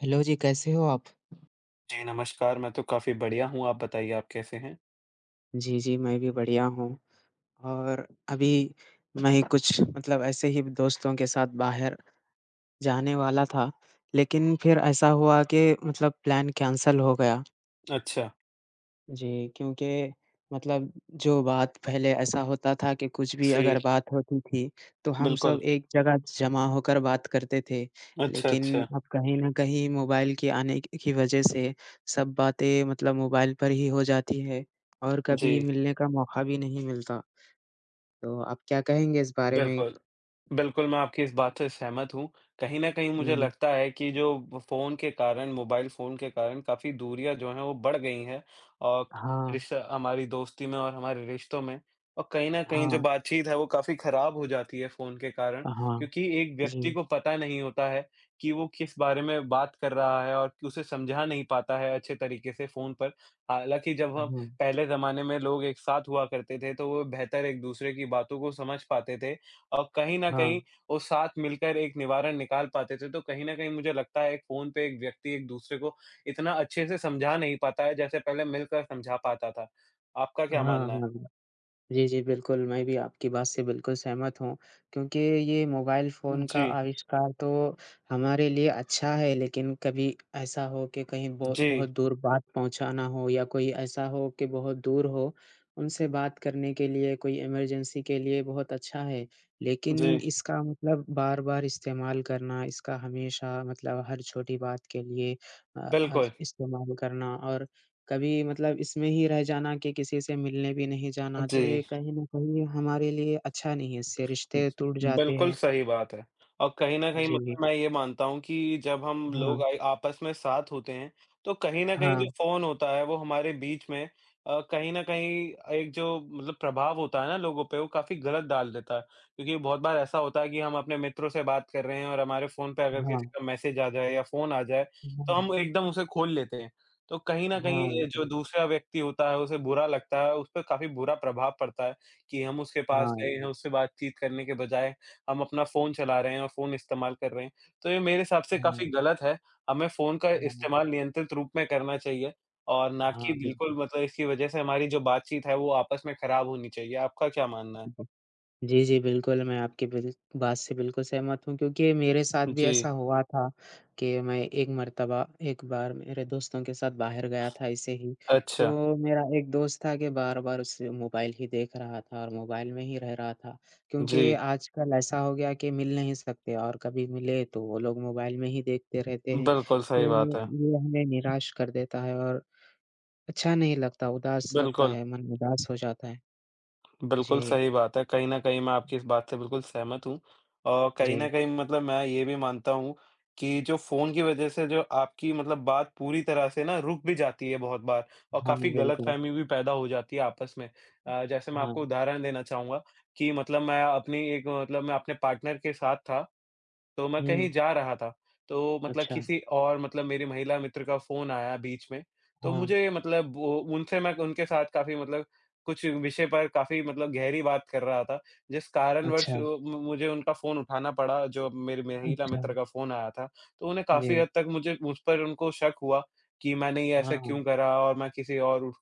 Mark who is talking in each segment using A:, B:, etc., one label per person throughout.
A: Hello जी, कैसे हो आप?
B: जी, नमस्कार, मैं तो काफ़ी बढ़िया हूँ, आप बताइए आप कैसे हैं?
A: जी, जी, मैं भी बढ़िया हूँ और अभी मैं कुछ मतलब ऐसे ही दोस्तों के साथ बाहर जाने वाला था, लेकिन फिर ऐसा हुआ कि मतलब प्लान कैंसल हो गया।
B: अच्छा,
A: जी, क्योंकि मतलब जो बात पहले ऐसा होता था कि कुछ भी
B: जी,
A: अगर बात होती थी, तो हम
B: बिल्कुल।
A: सब एक जगह जमा होकर बात करते थे।
B: अच्छा,
A: लेकिन
B: अच्छा,
A: अब कहीं न कहीं मोबाइल के आने क की वजह से सब बातें मतलब मोबाइल पर ही हो जाती है और
B: जी।
A: कभी मिलने का मौका भी नहीं मिलता। तो आप क्या कहेंगे इस बारे में?
B: बिल्कुल। बिल्कुल, मैं आपकी इस बात से सहमत हूँ। कहीं न कहीं मुझे
A: हुँ।
B: लगता है कि जो व फ़ोन के कारण मोबाइल फ़ोन के कारण काफ़ी दूरियाँ जो हैं वो बढ़ गई हैं और
A: हाँ,
B: रिश्ता हमारी दोस्ती में और हमारे रिश्तों में और कहीं न कहीं जो
A: हाँ,
B: बातचीत है वो काफ़ी ख़राब हो जाती है फ़ोन के कारण
A: हाँ,
B: क्योंकि एक व्यक्ति
A: जी।
B: को पता नहीं होता है कि वो किस बारे में बात कर रहा है और कि उसे समझा नहीं पाता है अच्छे तरीके से फ़ोन पर। हालाँकि जब
A: हाँ,
B: हम
A: हाँ,
B: पहले ज़माने में लोग एक साथ हुआ करते थे तो वो बेहतर एक-दूसरे की बातों को समझ पाते थे। और कहीं न कहीं वो साथ मिलकर एक निवारण निकाल पाते थे, तो कहीं न कहीं मुझे लगता है फ़ोन पे एक व्यक्ति एक-दूसरे को इतना अच्छे से समझा नहीं पाता है, जैसे पहले मिलकर समझा पाता था। आपका क्या
A: हाँ, हाँ।
B: मानना है?
A: हाँ। जी, जी, बिल्कुल, मैं भी आपकी बात से बिल्कुल सहमत हूँ, क्योंकि ये मोबाइल फ़ोन
B: जी,
A: का आविष्कार तो हमारे लिए अच्छा है, लेकिन कभी ऐसा हो कि कहीं बहुत
B: जी,
A: बहुत दूर बात पहुँचाना हो या कोई ऐसा हो कि बहुत दूर हो, उनसे बात करने के लिए कोई इमरजेंसी के लिए बहुत अच्छा है। लेकिन
B: जी,
A: इसका मतलब बार-बार इस्तेमाल करना, इसका हमेशा मतलब हर छोटी बात के लिए अ,
B: बिल्कुल।
A: आज इस्तेमाल करना और कभी मतलब इसमें ही रह जाना कि किसी से मिलने भी नहीं जाना,
B: जी।
A: तो ये कहीं न कहीं हमारे लिए अच्छा नहीं है, इससे रिश्ते टूट जाते
B: बिल्कुल
A: हैं।
B: सही बात है और कहीं न कहीं
A: जी,
B: मतलब मैं ये मानता हूँ कि जब हम
A: हाँ,
B: लोग आए आपस में साथ होते हैं, तो कहीं न कहीं जो
A: हाँ,
B: फ़ोन होता है वो हमारे बीच में कहीं न कहीं एक जो मतलब प्रभाव होता है ना लोगों पे वो काफ़ी गलत डाल देता है। क्योंकि बहुत बार ऐसा होता है कि हम अपने मित्रों से बात कर रहे हैं और हमारे फ़ोन पे अगर
A: हाँ,
B: किसी का मैसेज आ जाए या फ़ोन आ जाए, तो
A: हाँ,
B: हम एकदम उसे खोल लेते हैं। तो कहीं न कहीं
A: हाँ,
B: ये
A: बिल्कुल।
B: जो दूसरा व्यक्ति होता है उसे बुरा लगता है, उस पे काफ़ी बुरा प्रभाव पड़ता है। कि हम उसके
A: हाँ,
B: पास
A: हाँ,
B: गए हैं, उससे बातचीत करने के बजाय हम अपना फ़ोन चला रहे हैं और फ़ोन इस्तेमाल कर रहे हैं। तो ये मेरे हिसाब से
A: हाँ,
B: काफ़ी गलत है, हमें फ़ोन का
A: हाँ,
B: इस्तेमाल नियंत्रित रूप में करना चाहिए और ना कि
A: हाँ,
B: बिल्कुल
A: बिल्कुल।
B: मतलब इसकी वजह से हमारी जो बातचीत है वो आपस में खराब होनी चाहिए। आपका क्या मानना है?
A: जी, जी, बिल्कुल, मैं आपकी बिल बात से बिल्कुल सहमत हूँ क्योंकि मेरे साथ भी
B: जी,
A: ऐसा हुआ था कि मैं एक बार मेरे दोस्तों के साथ बाहर गया था ऐसे ही।
B: अच्छा।
A: तो मेरा एक दोस्त था कि बार-बार उस मोबाइल ही देख रहा था और मोबाइल में ही रह रहा था क्योंकि
B: जी,
A: आजकल ऐसा हो गया कि मिल नहीं सकते और कभी मिले तो वो लोग मोबाइल में ही देखते रहते हैं।
B: बिल्कुल सही
A: तो
B: बात है।
A: ये हमें निराश कर देता है और अच्छा नहीं लगता, उदास लगता
B: बिल्कुल।
A: है, मन उदास हो जाता है।
B: बिल्कुल
A: जी,
B: सही बात है। कहीं न कहीं मैं आपकी इस बात से बिल्कुल सहमत हूँ और कहीं न
A: जी।
B: कहीं मतलब मैं ये भी मानता हूँ कि जो फ़ोन की वज़ह से जो आपकी मतलब बात पूरी तरह से ना रुक भी जाती है बहुत बार और
A: हाँ,
B: काफ़ी
A: बिल्कुल।
B: गलतफ़हमी भी पैदा हो जाती है आपस में। जैसे मैं
A: हाँ।
B: आपको उदाहरण देना चाहूँगा कि मतलब मैं अपनी एक मतलब मैं अपने पार्टनर के साथ था तो मैं कहीं
A: हुँ,
B: जा रहा था, तो मतलब
A: अच्छा,
B: किसी और मतलब मेरी महिला मित्र का फ़ोन आया बीच में, तो
A: हाँ,
B: मुझे मतलब वो उनसे मैं उनके साथ काफ़ी मतलब कुछ विषय पर काफ़ी मतलब गहरी बात कर रहा था, जिस कारणवश
A: अच्छा,
B: अ, मु मुझे उनका फ़ोन उठाना पड़ा, जो मेरी महिला
A: अच्छा,
B: मित्र का फ़ोन आया था। तो उन्हें काफ़ी
A: जी,
B: हद तक मुझ पर उनको शक हुआ कि मैंने ये
A: हाँ,
B: ऐसा
A: हाँ,
B: क्यों करा और मैं किसी और उ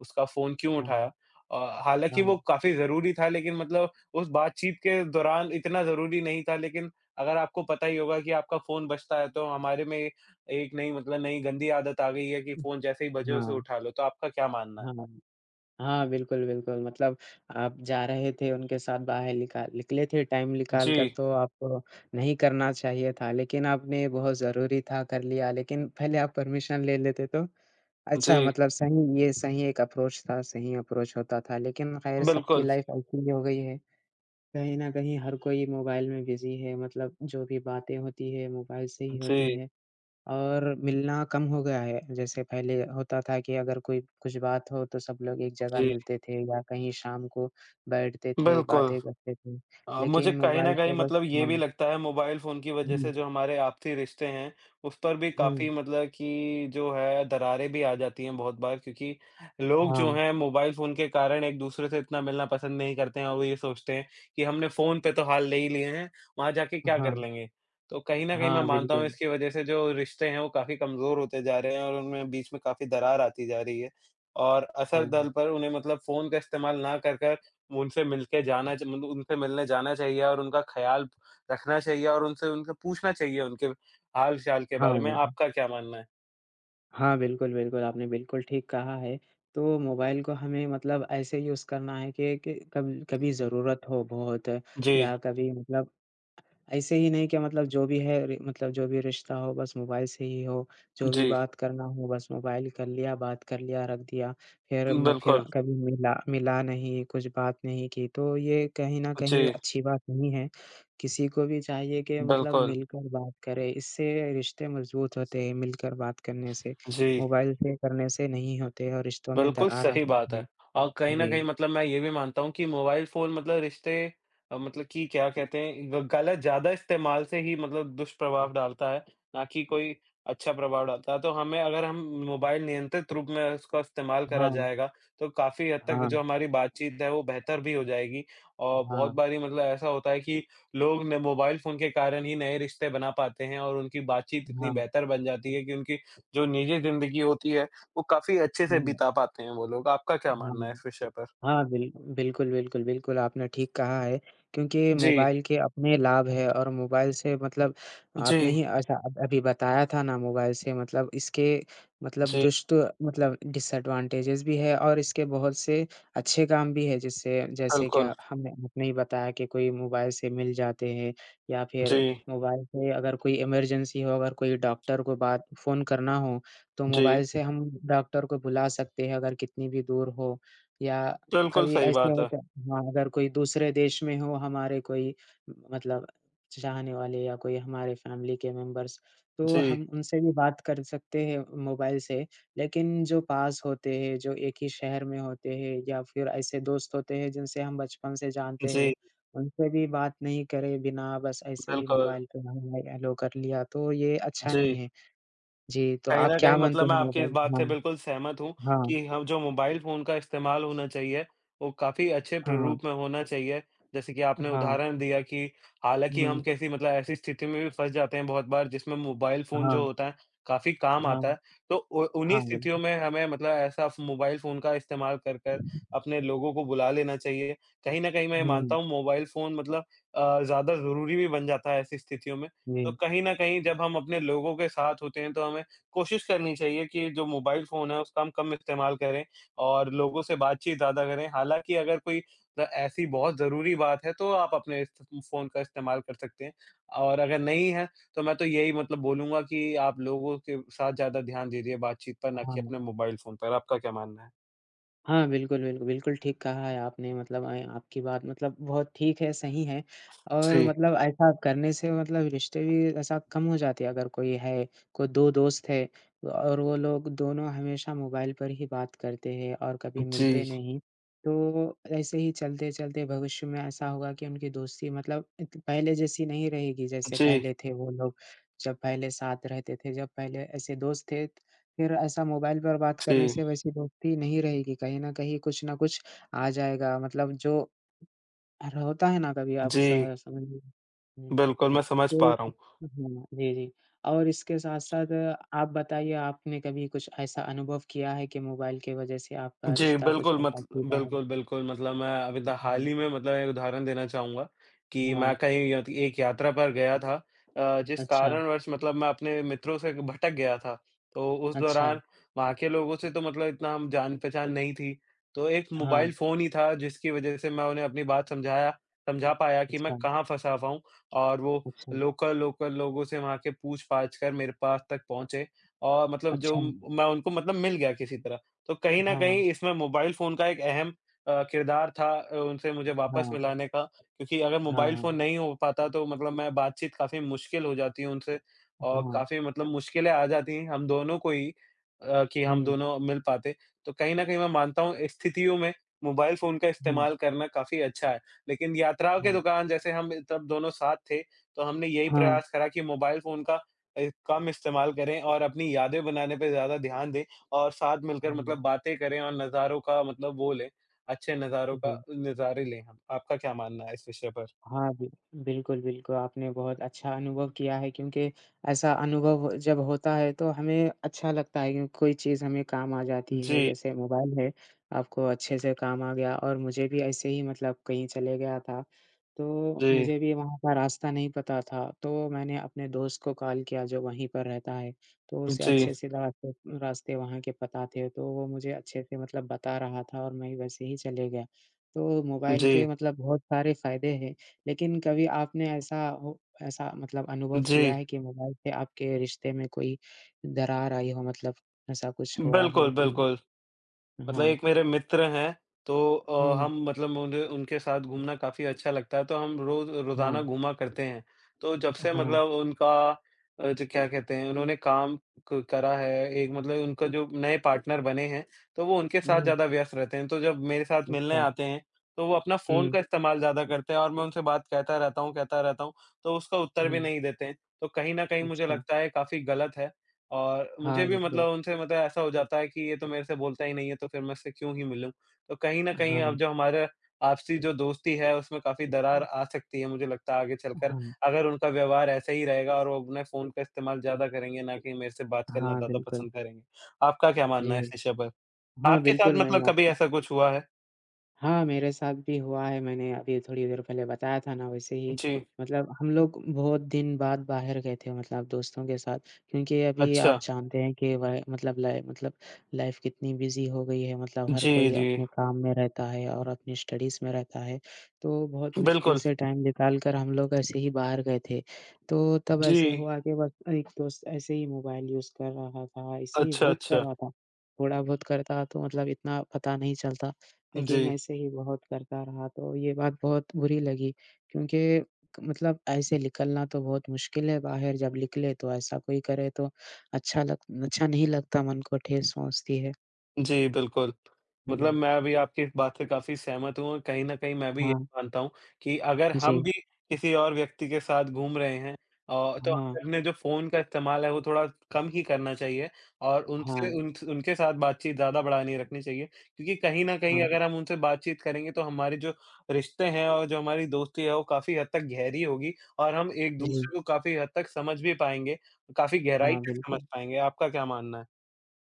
B: उसका फ़ोन क्यों
A: हाँ,
B: उठाया। अ, हालाँकि वो काफ़ी ज़रूरी था, लेकिन मतलब उस बातचीत के दौरान इतना ज़रूरी नहीं था, लेकिन अगर आपको पता ही होगा कि आपका फ़ोन बजता है, तो हमारे में एक नई मतलब नई गंदी आदत आ गई है कि फ़ोन जैसे ही बजे उसे
A: हाँ,
B: उठा लो, तो आपका क्या मानना है?
A: हाँ, हाँ, बिल्कुल, बिल्कुल मतलब आप जा रहे थे उनके साथ बाहर निका निकले थे टाइम निकाल कर
B: जी,
A: तो आपको नहीं करना चाहिए था, लेकिन आपने बहुत ज़रूरी था कर लिया, लेकिन पहले आप परमिशन ले लेते तो अच्छा
B: जी,
A: मतलब सही एक अप्रोच था, सही अप्रोच होता था, लेकिन खैर सबकी
B: बिल्कुल।
A: लाइफ़ ऐसी ही हो गई है। कहीं न कहीं हर कोई मोबाइल में बिज़ी है, मतलब जो भी बातें होती है मोबाइल से ही होती
B: जी,
A: है और मिलना कम हो गया है। जैसे पहले होता था कि अगर कोई कुछ बात हो तो सब लोग एक जगह
B: जी,
A: मिलते थे या कहीं शाम को बैठते थे,
B: बिल्कुल।
A: बातें करते थे।
B: मुझे
A: लेकिन
B: कहीं न
A: मोबाइल
B: कहीं
A: से बस
B: मतलब ये
A: हाँ,
B: भी लगता है मोबाइल फ़ोन की वज़ह से
A: हुँ,
B: जो हमारे आपसी रिश्ते हैं, उस पर भी काफ़ी
A: हुँ,
B: मतलब कि जो है दरारें भी आ जाती हैं बहुत बार क्योंकि लोग जो
A: हाँ,
B: हैं मोबाइल फ़ोन के कारण एक-दूसरे से इतना मिलना पसंद नहीं करते हैं और वो ये सोचते हैं कि हमने फ़ोन पे तो हाल ले ही लिए हैं, वहाँ जाके क्या
A: हाँ,
B: कर लेंगे? तो कहीं न कहीं मैं
A: हाँ,
B: मानता हूँ
A: बिल्कुल।
B: इसकी वज़ह से जो रिश्ते हैं वो काफ़ी कमज़ोर होते जा रहे हैं और उनमें बीच में काफ़ी दरार आती जा रही है। और असर
A: हाँ,
B: दल पर उन्हें मतलब फ़ोन का इस्तेमाल ना कर, कर उनसे मिलके जाना च मतलब उनसे मिलने जाना चाहिए और उनका ख़्याल रखना चाहिए और उनसे उनसे पूछना चाहिए उनके हाल-चाल के
A: हाँ,
B: बारे में।
A: हाँ।
B: आपका क्या मानना है?
A: हाँ, बिल्कुल, बिल्कुल, आपने बिल्कुल ठीक कहा है। तो मोबाइल को हमें मतलब ऐसे यूज़ करना है कि कब कभी ज़रूरत हो बहुत
B: जी,
A: या कभी मतलब ऐसे ही नहीं कि मतलब जो भी है रि मतलब जो भी रिश्ता हो बस मोबाइल से ही हो, जो भी
B: जी।
A: बात करना हो बस मोबाइल कर लिया, बात कर लिया, रख दिया। फिर
B: बिल्कुल।
A: कभी मिला मिला नहीं, कुछ बात नहीं की, तो ये कहीं न कहीं
B: जी,
A: अच्छी बात नहीं है। किसी को भी चाहिए कि मतलब
B: बिल्कुल।
A: मिलकर बात करे, इससे रिश्ते मज़बूत होते हैं, मिलकर बात करने से।
B: जी।
A: मोबाइल से करने से नहीं होते और रिश्तों में
B: बिल्कुल
A: दरार आ
B: सही बात
A: जाती
B: है।
A: है।
B: और कहीं न कहीं
A: जी।
B: मतलब मैं ये भी मानता हूँ कि मोबाइल फ़ोन मतलब रिश्ते मतलब कि क्या कहते हैं ग गलत ज़्यादा इस्तेमाल से ही मतलब दुष्प्रभाव डालता है, ना कि कोई अच्छा प्रभाव डालता है। तो हमें अगर हम मोबाइल नियंत्रित रूप में उसका इस्तेमाल करा
A: हाँ,
B: जाएगा, तो काफ़ी हद तक
A: हाँ,
B: जो हमारी बातचीत है वो बेहतर भी हो जाएगी। और बहुत
A: हाँ,
B: बारी मतलब ऐसा होता है कि लोग न मोबाइल फ़ोन के कारण ही नए रिश्ते बना पाते हैं और उनकी बातचीत इतनी
A: हाँ,
B: बेहतर बन जाती है कि उनकी जो निजी ज़िंदगी होती है वो काफ़ी अच्छे से
A: हुँ,
B: बिता पाते हैं वो लोग। आपका क्या मानना है
A: हाँ।
B: इस विषय पर?
A: हाँ, बिल्कुल, बिल्कुल, बिल्कुल, आपने ठीक कहा है क्योंकि
B: जी।
A: मोबाइल के अपने लाभ है और मोबाइल से मतलब
B: जी,
A: आपने ही ऐसा अब अभी बताया था ना मोबाइल से मतलब इसके मतलब
B: जी,
A: दुष्ट मतलब डिसएडवांटेजेस भी है और इसके बहुत से अच्छे काम भी है जिससे जैसे कि
B: बिल्कुल।
A: हमने आपने ही बताया कि कोई मोबाइल से मिल जाते हैं या
B: जी,
A: फिर मोबाइल से अगर कोई इमरजेंसी हो, अगर कोई डॉक्टर को बात फ़ोन करना हो, तो
B: जी,
A: मोबाइल से हम डॉक्टर को बुला सकते हैं अगर कितनी भी दूर हो या
B: बिल्कुल
A: कभी
B: सही
A: ऐसे
B: बात है।
A: होता है, हाँ, अगर कोई दूसरे देश में हो हमारे कोई मतलब चाहने वाले या कोई हमारे फैमिली के मेंबर्स, तो
B: जी,
A: हम उनसे भी बात कर सकते हैं मोबाइल से। लेकिन जो पास होते हैं, जो एक ही शहर में होते हैं या फिर ऐसे दोस्त होते हैं जिनसे हम बचपन से जानते हैं,
B: जी,
A: उनसे भी बात नहीं करे बिना बस ऐसे ही
B: बिल्कुल।
A: मोबाइल पे हाय-हाय, हेलो कर लिया, तो ये अच्छा नहीं
B: जी।
A: है। जी, तो
B: कहीं
A: आप
B: न कहीं
A: क्या मानते
B: मतलब मैं
A: हैं
B: आपकी इस
A: मोबाइल
B: बात से
A: हाँ,
B: बिल्कुल सहमत हूँ
A: हाँ,
B: कि हम जो मोबाइल फ़ोन का इस्तेमाल होना चाहिए, वो काफ़ी अच्छे
A: हाँ,
B: प्रारूप में होना चाहिए। जैसे कि आपने
A: हाँ,
B: उदाहरण दिया कि हालाँकि हम
A: हुँ,
B: कैसी मतलब ऐसी स्थिति में भी फँस जाते हैं बहुत बार जिसमें मोबाइल फ़ोन जो
A: हाँ,
B: होता है, काफ़ी काम
A: हाँ।
B: आता है। तो उ उन्हीं
A: हाँ,
B: स्थितियों
A: बिल्कुल।
B: में हमें मतलब ऐसा फ़ मोबाइल फ़ोन का इस्तेमाल कर कर अपने लोगों को बुला लेना चाहिए। कहीं न कहीं मैं ये मानता
A: हुँ,
B: हूँ मोबाइल फ़ोन मतलब ज़्यादा ज़रूरी भी बन जाता है ऐसी स्थितियों में। तो
A: जी।
B: कहीं न कहीं जब हम अपने लोगों के साथ होते हैं तो हमें कोशिश करनी चाहिए कि जो मोबाइल फ़ोन है उसका हम कम इस्तेमाल करें और लोगों से बातचीत ज़्यादा करें। हालाँकि अगर कोई ऐसी बहुत ज़रूरी बात है तो आप अपने इस फ़ोन का इस्तेमाल कर सकते हैं। और अगर नहीं है तो मैं तो यही मतलब बोलूँगा कि आप लोगों के साथ ज़्यादा ध्यान दीजिए बातचीत पर ना कि
A: हाँ।
B: अपने मोबाइल फ़ोन पर। आपका क्या मानना है?
A: हाँ, बिल्कुल, बिल्कुल, बिल्कुल ठीक कहा है आपने मतलब आपकी बात मतलब बहुत ठीक है, सही है और
B: जी,
A: मतलब ऐसा करने से मतलब रिश्ते भी ऐसा कम हो जाते हैं अगर कोई है, कोई 2 दोस्त है और वो लोग दोनों हमेशा मोबाइल पर ही बात करते हैं और कभी मिलते
B: जी,
A: नहीं। तो ऐसे ही चलते-चलते भविष्य में ऐसा होगा कि उनकी दोस्ती मतलब इत पहले जैसी नहीं रहेगी, जैसे
B: जी,
A: पहले थे वो लोग, जब पहले साथ रहते थे, जब पहले ऐसे दोस्त थे फिर ऐसा मोबाइल पर बात
B: जी,
A: करने से वैसी दोस्ती नहीं रहेगी, कहीं न कहीं कुछ न कुछ आ जाएगा मतलब जो होता है ना कभी आप स
B: जी।
A: समझिए। हुँ,
B: बिल्कुल, मैं समझ
A: तो
B: पा रहा हूँ।
A: हाँ, जी, जी। और इसके साथ-साथ आप बताइए आपने कभी कुछ ऐसा अनुभव किया है कि मोबाइल की वजह से आपका
B: जी,
A: रिश्ता कुछ ऐसा टूटा हो?
B: बिल्कुल, बिल्कुल मतलब मैं अभी त
A: हाँ,
B: हाल ही में मतलब एक उदाहरण देना चाहूँगा कि
A: हाँ,
B: मैं कहीं य एक यात्रा पर गया था जिस
A: अच्छा,
B: कारणवश मतलब मैं अपने मित्रों से भटक गया था। तो उस
A: अच्छा,
B: दौरान वहाँ के लोगों से तो मतलब इतना हम जान-पहचान नहीं थी। तो एक मोबाइल
A: हाँ,
B: फ़ोन ही था जिसकी वज़ह से मैं उन्हें अपनी बात समझा पाया कि मैं
A: अच्छा,
B: कहाँ फँसा हुआ हूँ और वो
A: अच्छा,
B: लोकल लोकल लोगों से वहाँ के पूछ-पाछ कर मेरे पास तक पहुँचे और मतलब जो
A: अच्छा,
B: मैं उनको मतलब मिल गया किसी तरह। तो कहीं न
A: हाँ,
B: कहीं इसमें मोबाइल फ़ोन का एक अहम किरदार था उनसे मुझे वापस
A: हाँ,
B: मिलाने का, क्योंकि अगर मोबाइल
A: हाँ,
B: फ़ोन नहीं हो पाता तो मतलब मैं बातचीत काफ़ी मुश्किल हो जाती है उनसे और
A: हाँ,
B: काफ़ी मतलब मुश्किलें आ जाती हैं हम दोनों को ही कि हम
A: हुँ,
B: दोनों मिल पाते। तो कहीं न कहीं मैं मानता हूँ इस स्थितियों में मोबाइल फ़ोन का
A: हुँ,
B: इस्तेमाल करना काफ़ी अच्छा है। लेकिन यात्राओं के
A: हाँ,
B: दौरान जैसे हम तब दोनों साथ थे, तो हमने यही
A: हाँ,
B: प्रयास करा कि मोबाइल फ़ोन का कम इस्तेमाल करें और अपनी यादें बनाने पे ज़्यादा ध्यान दें। और साथ मिलकर मतलब
A: हाँ,
B: बातें करें और नज़ारों का मतलब वो लें, अच्छे नज़ारों का
A: जी।
B: नज़ारे लें हम। आपका क्या मानना है इस विषय पर?
A: हाँ, बि बिल्कुल, बिल्कुल, आपने बहुत अच्छा अनुभव किया है क्योंकि ऐसा अनुभव जब होता है तो हमें अच्छा लगता है क्योंकि कोई चीज़ हमें काम आ जाती है,
B: जी,
A: जैसे मोबाइल है, आपको अच्छे से काम आ गया और मुझे भी ऐसे ही मतलब कहीं चले गया था, तो
B: जी,
A: मुझे भी वहाँ का रास्ता नहीं पता था, तो मैंने अपने दोस्त को कॉल किया जो वहीं पर रहता है, तो उसे
B: जी,
A: अच्छे से रास्ते रास्ते वहाँ के पता थे, तो वो मुझे अच्छे से मतलब बता रहा था और मैं वैसे ही चले गया। तो मोबाइल के
B: जी,
A: मतलब बहुत सारे फ़ायदे हैं। लेकिन कभी आपने ऐसा मतलब अनुभव
B: जी।
A: किया है कि मोबाइल से आपके रिश्ते में कोई दरार आई हो मतलब ऐसा कुछ हुआ
B: बिल्कुल,
A: हो कि
B: बिल्कुल। मतलब
A: हाँ,
B: एक मेरे मित्र हैं, तो
A: हुँ,
B: हम मतलब मुझे उनके साथ घूमना काफ़ी अच्छा लगता है, तो हम रोज़ रोज़ाना
A: हाँ,
B: घूमा करते हैं। तो जब से
A: हाँ,
B: मतलब उनका जो क्या कहते हैं, उन्होंने काम क करा है, एक मतलब उनका जो नए पार्टनर बने हैं, तो वो उनके साथ
A: हुँ,
B: ज़्यादा व्यस्त रहते हैं। तो जब मेरे साथ मिलने
A: अच्छा,
B: आते हैं, तो वो अपना फ़ोन
A: हुँ,
B: का इस्तेमाल ज़्यादा करते हैं और मैं उनसे बात कहता रहता हूँ, तो उसका उत्तर भी
A: हुँ,
B: नहीं देते हैं। तो कहीं न कहीं मुझे
A: अच्छा,
B: लगता है काफ़ी गलत है। और मुझे
A: हाँ,
B: भी
A: बिल्कुल,
B: मतलब उनसे मतलब ऐसा हो जाता है कि ये तो मेरे से बोलता ही नहीं है, तो फिर मैं इससे क्यों ही मिलूँ? तो कहीं न कहीं अब
A: हाँ,
B: जो हमारा आपसी जो दोस्ती है, उसमें काफ़ी दरार आ सकती है मुझे लगता है आगे चलकर,
A: हाँ,
B: अगर उनका व्यवहार ऐसा ही रहेगा और वो अपने फ़ोन का इस्तेमाल ज़्यादा करेंगे, ना कि मेरे से बात करना
A: हाँ,
B: ज़्यादा
A: बिल्कुल,
B: पसंद करेंगे। आपका क्या
A: जी,
B: मानना है इस विषय पर?
A: हाँ,
B: आपके साथ
A: बिल्कुल मैं
B: मतलब
A: भी
B: कभी
A: आपकी
B: ऐसा कुछ हुआ है?
A: हाँ, मेरे साथ भी हुआ है, मैंने अभी थोड़ी देर पहले बताया था ना वैसे ही
B: जी।
A: मतलब हम लोग बहुत दिन बाद बाहर गए थे मतलब दोस्तों के साथ क्योंकि अभी
B: अच्छा।
A: आप जानते हैं कि वह मतलब लाइफ़ कितनी बिज़ी हो गई है मतलब हर
B: जी,
A: कोई
B: जी।
A: अपने काम में रहता है और अपनी स्टडीज़ में रहता है, तो बहुत मुश्किल
B: बिल्कुल।
A: से टाइम निकाल कर हम लोग ऐसे ही बाहर गए थे। तो तब
B: जी।
A: ऐसे हुआ कि बस एक दोस्त ऐसे ही मोबाइल यूज़ कर रहा था, ऐसे ही
B: अच्छा,
A: बहुत कर
B: अच्छा।
A: रहा था, थोड़ा बहुत करता तो मतलब इतना पता नहीं चलता। लेकिन
B: जी।
A: ऐसे ही बहुत करता रहा तो ये बात बहुत बुरी लगी क्योंकि मतलब ऐसे निकलना तो बहुत मुश्किल है बाहर जब निकले तो ऐसा कोई करे तो अच्छा नहीं लगता मन को ठेस पहुँचती है।
B: जी, बिल्कुल। हुँ। मतलब
A: जी,
B: मैं भी आपकी इस बात से काफ़ी सहमत हूँ और कहीं न कहीं मैं भी ये
A: हाँ,
B: मानता हूँ कि अगर हम
A: जी।
B: भी किसी और व्यक्ति के साथ घूम रहे हैं तो
A: हाँ,
B: हमें अपने जो फ़ोन का इस्तेमाल है वो थोड़ा कम ही करना चाहिए और उनसे
A: हाँ,
B: उन उनके साथ बातचीत ज़्यादा बढ़ा नहीं रखनी चाहिए। क्योंकि कहीं न कहीं
A: हाँ,
B: अगर हम उनसे बातचीत करेंगे तो हमारे जो रिश्ते हैं और जो हमारी दोस्ती है वो काफ़ी हद तक गहरी होगी और हम
A: जी।
B: एक-दूसरे को काफ़ी हद तक समझ भी पाएँगे, काफ़ी गहराई
A: हाँ,
B: तक समझ
A: बिल्कुल।
B: पाएँगे। आपका क्या मानना है?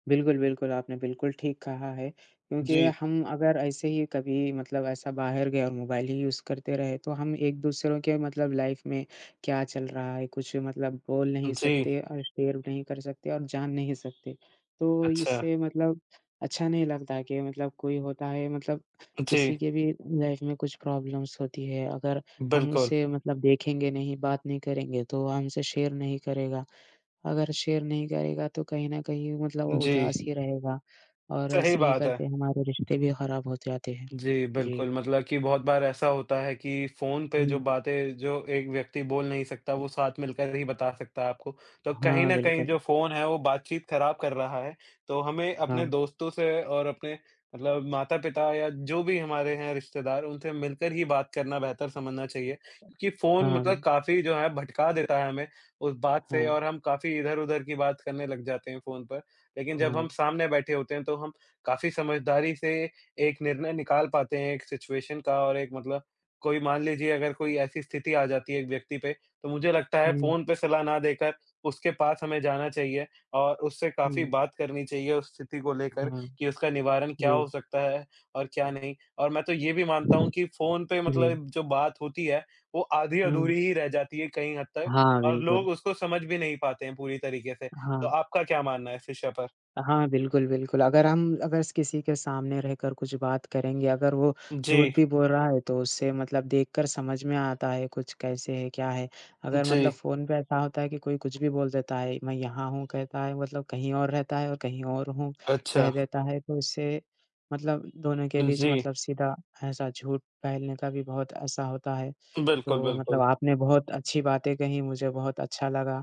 A: बिल्कुल, बिल्कुल, आपने बिल्कुल ठीक कहा है, क्योंकि
B: जी,
A: हम अगर ऐसे ही कभी मतलब ऐसा बाहर गए और मोबाइल ही यूज़ करते रहे, तो हम एक-दूसरों के मतलब लाइफ़ में क्या चल रहा है, कुछ मतलब बोल नहीं
B: जी,
A: सकते और शेयर नहीं कर सकते और जान नहीं सकते। तो
B: अच्छा।
A: इससे मतलब अच्छा नहीं लगता कि मतलब कोई होता है मतलब
B: जी,
A: किसी के भी लाइफ़ में कुछ प्रॉब्लम्स होती है, अगर हम
B: बिल्कुल।
A: उसे मतलब देखेंगे नहीं, बात नहीं करेंगे, तो वो हमसे शेयर नहीं करेगा। अगर शेयर नहीं करेगा तो कहीं न कहीं मतलब वो
B: जी,
A: उदास ही रहेगा और
B: सही
A: ऐसे ही
B: बात है।
A: करते हमारे रिश्ते भी खराब हो जाते हैं।
B: जी,
A: जी।
B: बिल्कुल, मतलब कि बहुत बार ऐसा होता है कि फ़ोन पे जो
A: हुँ।
B: बातें जो एक व्यक्ति बोल नहीं सकता, वो साथ मिलकर ही बता सकता है आपको। तो कहीं
A: हाँ,
B: न कहीं
A: बिल्कुल।
B: जो फ़ोन है, वो बातचीत खराब कर रहा है। तो हमें
A: हाँ,
B: अपने दोस्तों से और अपने मतलब माता-पिता या जो भी हमारे हैं रिश्तेदार, उनसे मिलकर ही बात करना बेहतर समझना चाहिए। क्योंकि फ़ोन
A: हाँ,
B: मतलब
A: बिल्कुल।
B: काफ़ी जो है भटका देता है हमें उस बात से
A: हाँ,
B: और हम काफ़ी इधर-उधर की बात करने लग जाते हैं फ़ोन पर। लेकिन जब
A: हाँ।
B: हम सामने बैठे होते हैं, तो हम काफ़ी समझदारी से एक निर्णय निकाल पाते हैं एक सिचुएशन का और एक मतलब कोई मान लीजिए अगर कोई ऐसी स्थिति आ जाती है एक व्यक्ति पे, तो मुझे लगता है
A: हुँ,
B: फ़ोन पे सलाह ना देकर उसके पास हमें जाना चाहिए और उससे काफ़ी
A: हुँ।
B: बात करनी चाहिए उस स्थिति को लेकर
A: हाँ,
B: कि उसका निवारण क्या हो
A: जी।
B: सकता है और क्या नहीं। और मैं तो ये भी मानता हूँ कि फ़ोन पे
A: जी।
B: मतलब जो बात होती है, वो
A: हुँ।
B: आधी-अधूरी ही रह जाती है कई हद तक
A: हाँ,
B: और
A: बिल्कुल।
B: लोग उसको समझ भी नहीं पाते हैं पूरी तरीके से। तो
A: हाँ।
B: आपका क्या मानना है इस विषय पर?
A: हाँ, बिल्कुल, बिल्कुल। अगर किसी के सामने रहकर कुछ बात करेंगे, अगर वो
B: जी।
A: झूठ भी बोल रहा है तो उससे मतलब देखकर समझ में आता है कुछ कैसे है, क्या है। अगर
B: जी।
A: मतलब फ़ोन पे ऐसा होता है कि कोई कुछ भी बोल देता है, मैं यहाँ हूँ कहता है मतलब कहीं और रहता है और कहीं और हूँ
B: अच्छा।
A: कह देता है, तो इससे मतलब दोनों के बीच
B: जी।
A: मतलब सीधा ऐसा झूठ फैलने का भी बहुत ऐसा होता है।
B: बिल्कुल,
A: तो मतलब
B: बिल्कुल।
A: आपने बहुत अच्छी बातें कहीं, मुझे बहुत अच्छा लगा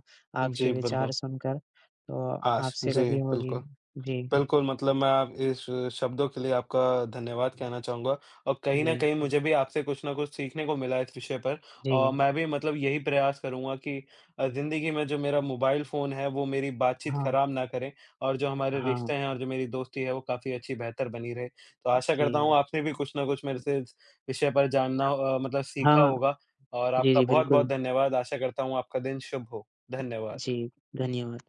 B: जी,
A: आपके विचार
B: बिल्कुल।
A: सुनकर, तो
B: आश
A: आपसे
B: जी,
A: कभी होगी।
B: बिल्कुल।
A: जी,
B: बिल्कुल, मतलब मैं आप इस शब्दों के लिए आपका धन्यवाद कहना चाहूँगा और कहीं न
A: जी,
B: कहीं मुझे भी आपसे कुछ न कुछ सीखने को मिला इस विषय पर और
A: जी।
B: मैं भी मतलब यही प्रयास करूँगा कि ज़िंदगी में जो मेरा मोबाइल फ़ोन है, वो मेरी बातचीत
A: हाँ,
B: ख़राब ना करे और जो हमारे
A: हाँ,
B: रिश्ते हैं और जो मेरी दोस्ती है, वो काफ़ी अच्छी बेहतर बनी रहे। तो आशा करता हूँ
A: जी,
B: आपने भी कुछ न कुछ मेरे से इस विषय पर जानना मतलब सीखा
A: हाँ।
B: होगा और
A: जी,
B: आपका
A: जी,
B: बहुत-बहुत
A: बिल्कुल।
B: धन्यवाद। आशा करता हूँ आपका दिन शुभ हो।
A: जी,
B: धन्यवाद।
A: धन्यवाद।